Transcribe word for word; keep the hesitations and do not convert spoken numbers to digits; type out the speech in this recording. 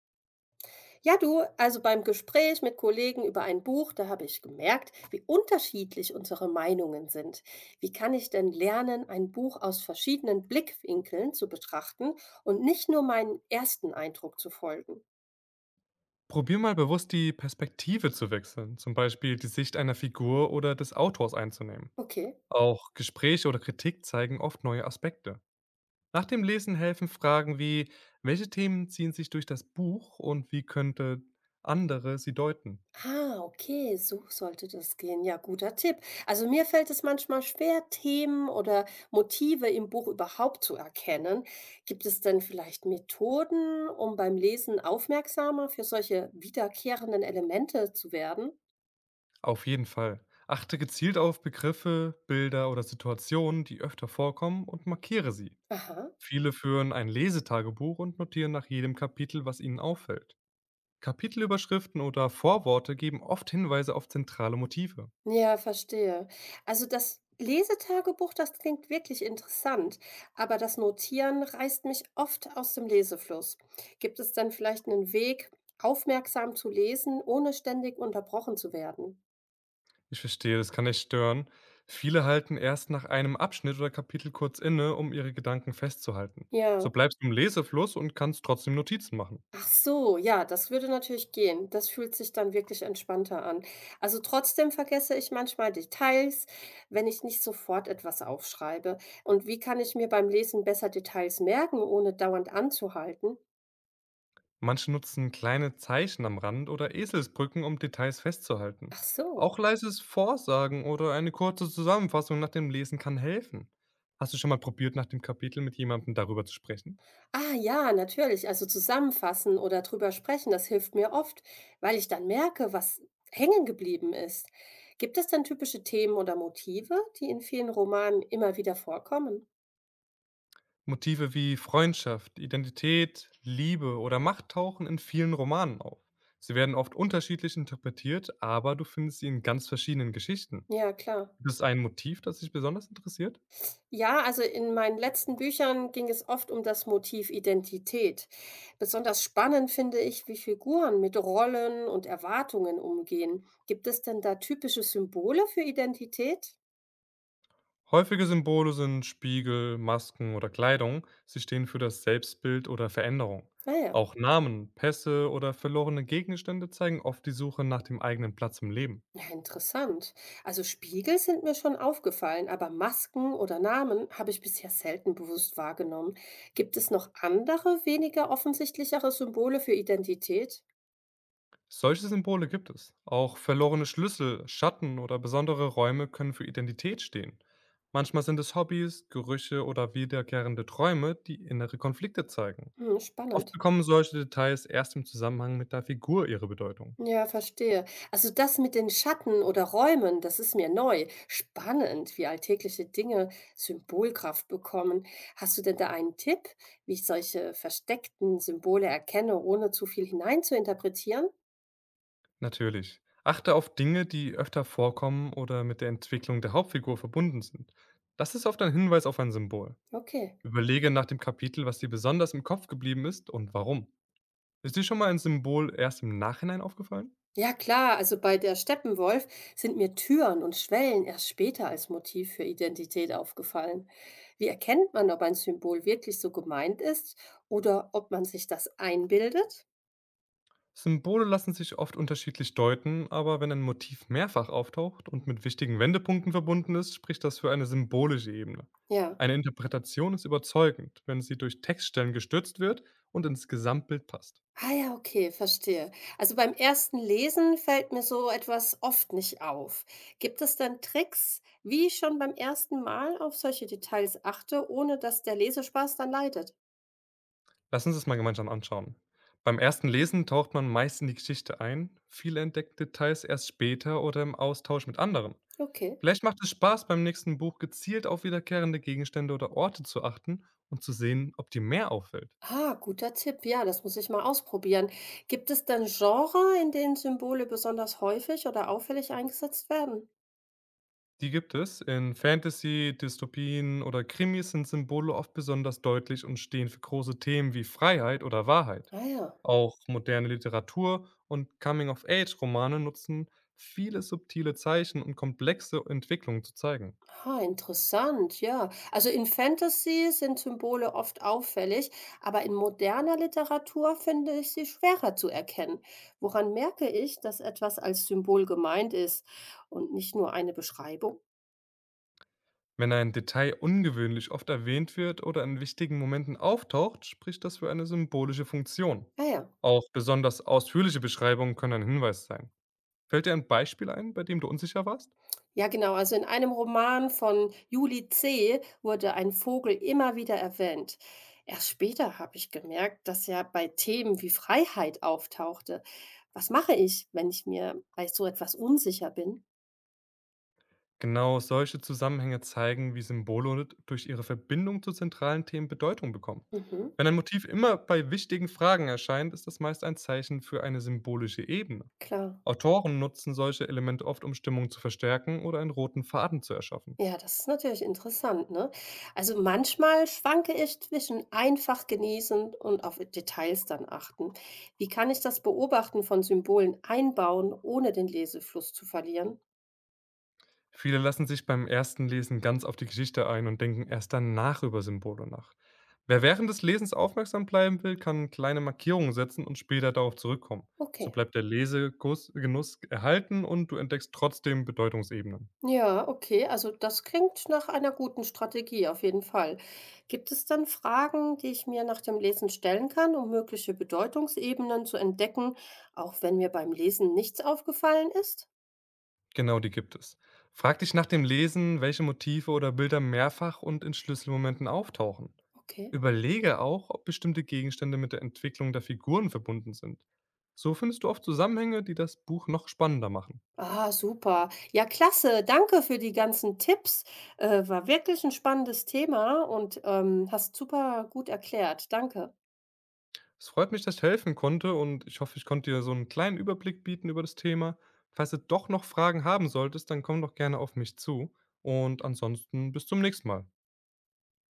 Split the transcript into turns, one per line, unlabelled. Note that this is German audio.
Ja, du, also beim Gespräch mit Kollegen über ein Buch, da habe ich gemerkt, wie unterschiedlich unsere Meinungen sind. Wie kann ich denn lernen, ein Buch aus verschiedenen Blickwinkeln zu betrachten und nicht nur meinen ersten Eindruck zu folgen?
Probier mal bewusst die Perspektive zu wechseln, zum Beispiel die Sicht einer Figur oder des Autors einzunehmen.
Okay.
Auch Gespräche oder Kritik zeigen oft neue Aspekte. Nach dem Lesen helfen Fragen wie, welche Themen ziehen sich durch das Buch und wie könnte andere sie deuten?
Ah, okay, so sollte das gehen. Ja, guter Tipp. Also mir fällt es manchmal schwer, Themen oder Motive im Buch überhaupt zu erkennen. Gibt es denn vielleicht Methoden, um beim Lesen aufmerksamer für solche wiederkehrenden Elemente zu werden?
Auf jeden Fall. Achte gezielt auf Begriffe, Bilder oder Situationen, die öfter vorkommen und markiere sie.
Aha.
Viele führen ein Lesetagebuch und notieren nach jedem Kapitel, was ihnen auffällt. Kapitelüberschriften oder Vorworte geben oft Hinweise auf zentrale Motive.
Ja, verstehe. Also das Lesetagebuch, das klingt wirklich interessant, aber das Notieren reißt mich oft aus dem Lesefluss. Gibt es denn vielleicht einen Weg, aufmerksam zu lesen, ohne ständig unterbrochen zu werden?
Ich verstehe, das kann echt stören. Viele halten erst nach einem Abschnitt oder Kapitel kurz inne, um ihre Gedanken festzuhalten. So
Ja.
bleibst du im Lesefluss und kannst trotzdem Notizen machen.
Ach so, ja, das würde natürlich gehen. Das fühlt sich dann wirklich entspannter an. Also trotzdem vergesse ich manchmal Details, wenn ich nicht sofort etwas aufschreibe. Und wie kann ich mir beim Lesen besser Details merken, ohne dauernd anzuhalten?
Manche nutzen kleine Zeichen am Rand oder Eselsbrücken, um Details festzuhalten.
Ach so.
Auch leises Vorsagen oder eine kurze Zusammenfassung nach dem Lesen kann helfen. Hast du schon mal probiert, nach dem Kapitel mit jemandem darüber zu sprechen?
Ah ja, natürlich. Also zusammenfassen oder drüber sprechen, das hilft mir oft, weil ich dann merke, was hängen geblieben ist. Gibt es denn typische Themen oder Motive, die in vielen Romanen immer wieder vorkommen?
Motive wie Freundschaft, Identität, Liebe oder Macht tauchen in vielen Romanen auf. Sie werden oft unterschiedlich interpretiert, aber du findest sie in ganz verschiedenen Geschichten.
Ja, klar.
Gibt es ein Motiv, das dich besonders interessiert?
Ja, also in meinen letzten Büchern ging es oft um das Motiv Identität. Besonders spannend finde ich, wie Figuren mit Rollen und Erwartungen umgehen. Gibt es denn da typische Symbole für Identität?
Häufige Symbole sind Spiegel, Masken oder Kleidung. Sie stehen für das Selbstbild oder Veränderung.
Naja.
Auch Namen, Pässe oder verlorene Gegenstände zeigen oft die Suche nach dem eigenen Platz im Leben.
Ja, interessant. Also Spiegel sind mir schon aufgefallen, aber Masken oder Namen habe ich bisher selten bewusst wahrgenommen. Gibt es noch andere, weniger offensichtlichere Symbole für Identität?
Solche Symbole gibt es. Auch verlorene Schlüssel, Schatten oder besondere Räume können für Identität stehen. Manchmal sind es Hobbys, Gerüche oder wiederkehrende Träume, die innere Konflikte zeigen.
Hm,
Oft
spannend.
bekommen solche Details erst im Zusammenhang mit der Figur ihre Bedeutung.
Ja, verstehe. Also das mit den Schatten oder Räumen, das ist mir neu. Spannend, wie alltägliche Dinge Symbolkraft bekommen. Hast du denn da einen Tipp, wie ich solche versteckten Symbole erkenne, ohne zu viel hineinzuinterpretieren?
Natürlich. Achte auf Dinge, die öfter vorkommen oder mit der Entwicklung der Hauptfigur verbunden sind. Das ist oft ein Hinweis auf ein Symbol.
Okay.
Überlege nach dem Kapitel, was dir besonders im Kopf geblieben ist und warum. Ist dir schon mal ein Symbol erst im Nachhinein aufgefallen?
Ja klar, also bei der Steppenwolf sind mir Türen und Schwellen erst später als Motiv für Identität aufgefallen. Wie erkennt man, ob ein Symbol wirklich so gemeint ist oder ob man sich das einbildet?
Symbole lassen sich oft unterschiedlich deuten, aber wenn ein Motiv mehrfach auftaucht und mit wichtigen Wendepunkten verbunden ist, spricht das für eine symbolische Ebene.
Ja.
Eine Interpretation ist überzeugend, wenn sie durch Textstellen gestützt wird und ins Gesamtbild passt.
Ah ja, okay, verstehe. Also beim ersten Lesen fällt mir so etwas oft nicht auf. Gibt es denn Tricks, wie ich schon beim ersten Mal auf solche Details achte, ohne dass der Lesespaß dann leidet?
Lass uns das mal gemeinsam anschauen. Beim ersten Lesen taucht man meist in die Geschichte ein, viele entdecken Details erst später oder im Austausch mit anderen.
Okay.
Vielleicht macht es Spaß, beim nächsten Buch gezielt auf wiederkehrende Gegenstände oder Orte zu achten und zu sehen, ob dir mehr auffällt.
Ah, guter Tipp. Ja, das muss ich mal ausprobieren. Gibt es denn Genre, in denen Symbole besonders häufig oder auffällig eingesetzt werden?
Die gibt es. In Fantasy, Dystopien oder Krimis sind Symbole oft besonders deutlich und stehen für große Themen wie Freiheit oder Wahrheit.
Ah ja.
Auch moderne Literatur und Coming-of-Age-Romane nutzen viele subtile Zeichen und komplexe Entwicklungen zu zeigen.
Ah, interessant, ja. Also in Fantasy sind Symbole oft auffällig, aber in moderner Literatur finde ich sie schwerer zu erkennen. Woran merke ich, dass etwas als Symbol gemeint ist und nicht nur eine Beschreibung?
Wenn ein Detail ungewöhnlich oft erwähnt wird oder in wichtigen Momenten auftaucht, spricht das für eine symbolische Funktion.
Ah ja.
Auch besonders ausführliche Beschreibungen können ein Hinweis sein. Fällt dir ein Beispiel ein, bei dem du unsicher warst?
Ja, genau. Also in einem Roman von Julie C. wurde ein Vogel immer wieder erwähnt. Erst später habe ich gemerkt, dass er bei Themen wie Freiheit auftauchte. Was mache ich, wenn ich mir bei so etwas unsicher bin?
Genau solche Zusammenhänge zeigen, wie Symbole durch ihre Verbindung zu zentralen Themen Bedeutung bekommen.
Mhm,
Wenn ein Motiv immer bei wichtigen Fragen erscheint, ist das meist ein Zeichen für eine symbolische Ebene.
klar.
Autoren nutzen solche Elemente oft, um Stimmung zu verstärken oder einen roten Faden zu erschaffen.
Ja, das ist natürlich interessant, ne? Also manchmal schwanke ich zwischen einfach genießen und auf Details dann achten. Wie kann ich das Beobachten von Symbolen einbauen, ohne den Lesefluss zu verlieren?
Viele lassen sich beim ersten Lesen ganz auf die Geschichte ein und denken erst danach über Symbole nach. Wer während des Lesens aufmerksam bleiben will, kann kleine Markierungen setzen und später darauf zurückkommen. So
Okay.
bleibt der Lesegenuss erhalten und du entdeckst trotzdem Bedeutungsebenen.
Ja, okay, also das klingt nach einer guten Strategie auf jeden Fall. Gibt es dann Fragen, die ich mir nach dem Lesen stellen kann, um mögliche Bedeutungsebenen zu entdecken, auch wenn mir beim Lesen nichts aufgefallen ist?
Genau, die gibt es. Frag dich nach dem Lesen, welche Motive oder Bilder mehrfach und in Schlüsselmomenten auftauchen.
Okay.
Überlege auch, ob bestimmte Gegenstände mit der Entwicklung der Figuren verbunden sind. So findest du oft Zusammenhänge, die das Buch noch spannender machen.
Ah, super. Ja, klasse. Danke für die ganzen Tipps. Äh, war wirklich ein spannendes Thema und ähm, hast super gut erklärt. Danke.
Es freut mich, dass ich helfen konnte und ich hoffe, ich konnte dir so einen kleinen Überblick bieten über das Thema. Falls du doch noch Fragen haben solltest, dann komm doch gerne auf mich zu und ansonsten bis zum nächsten Mal.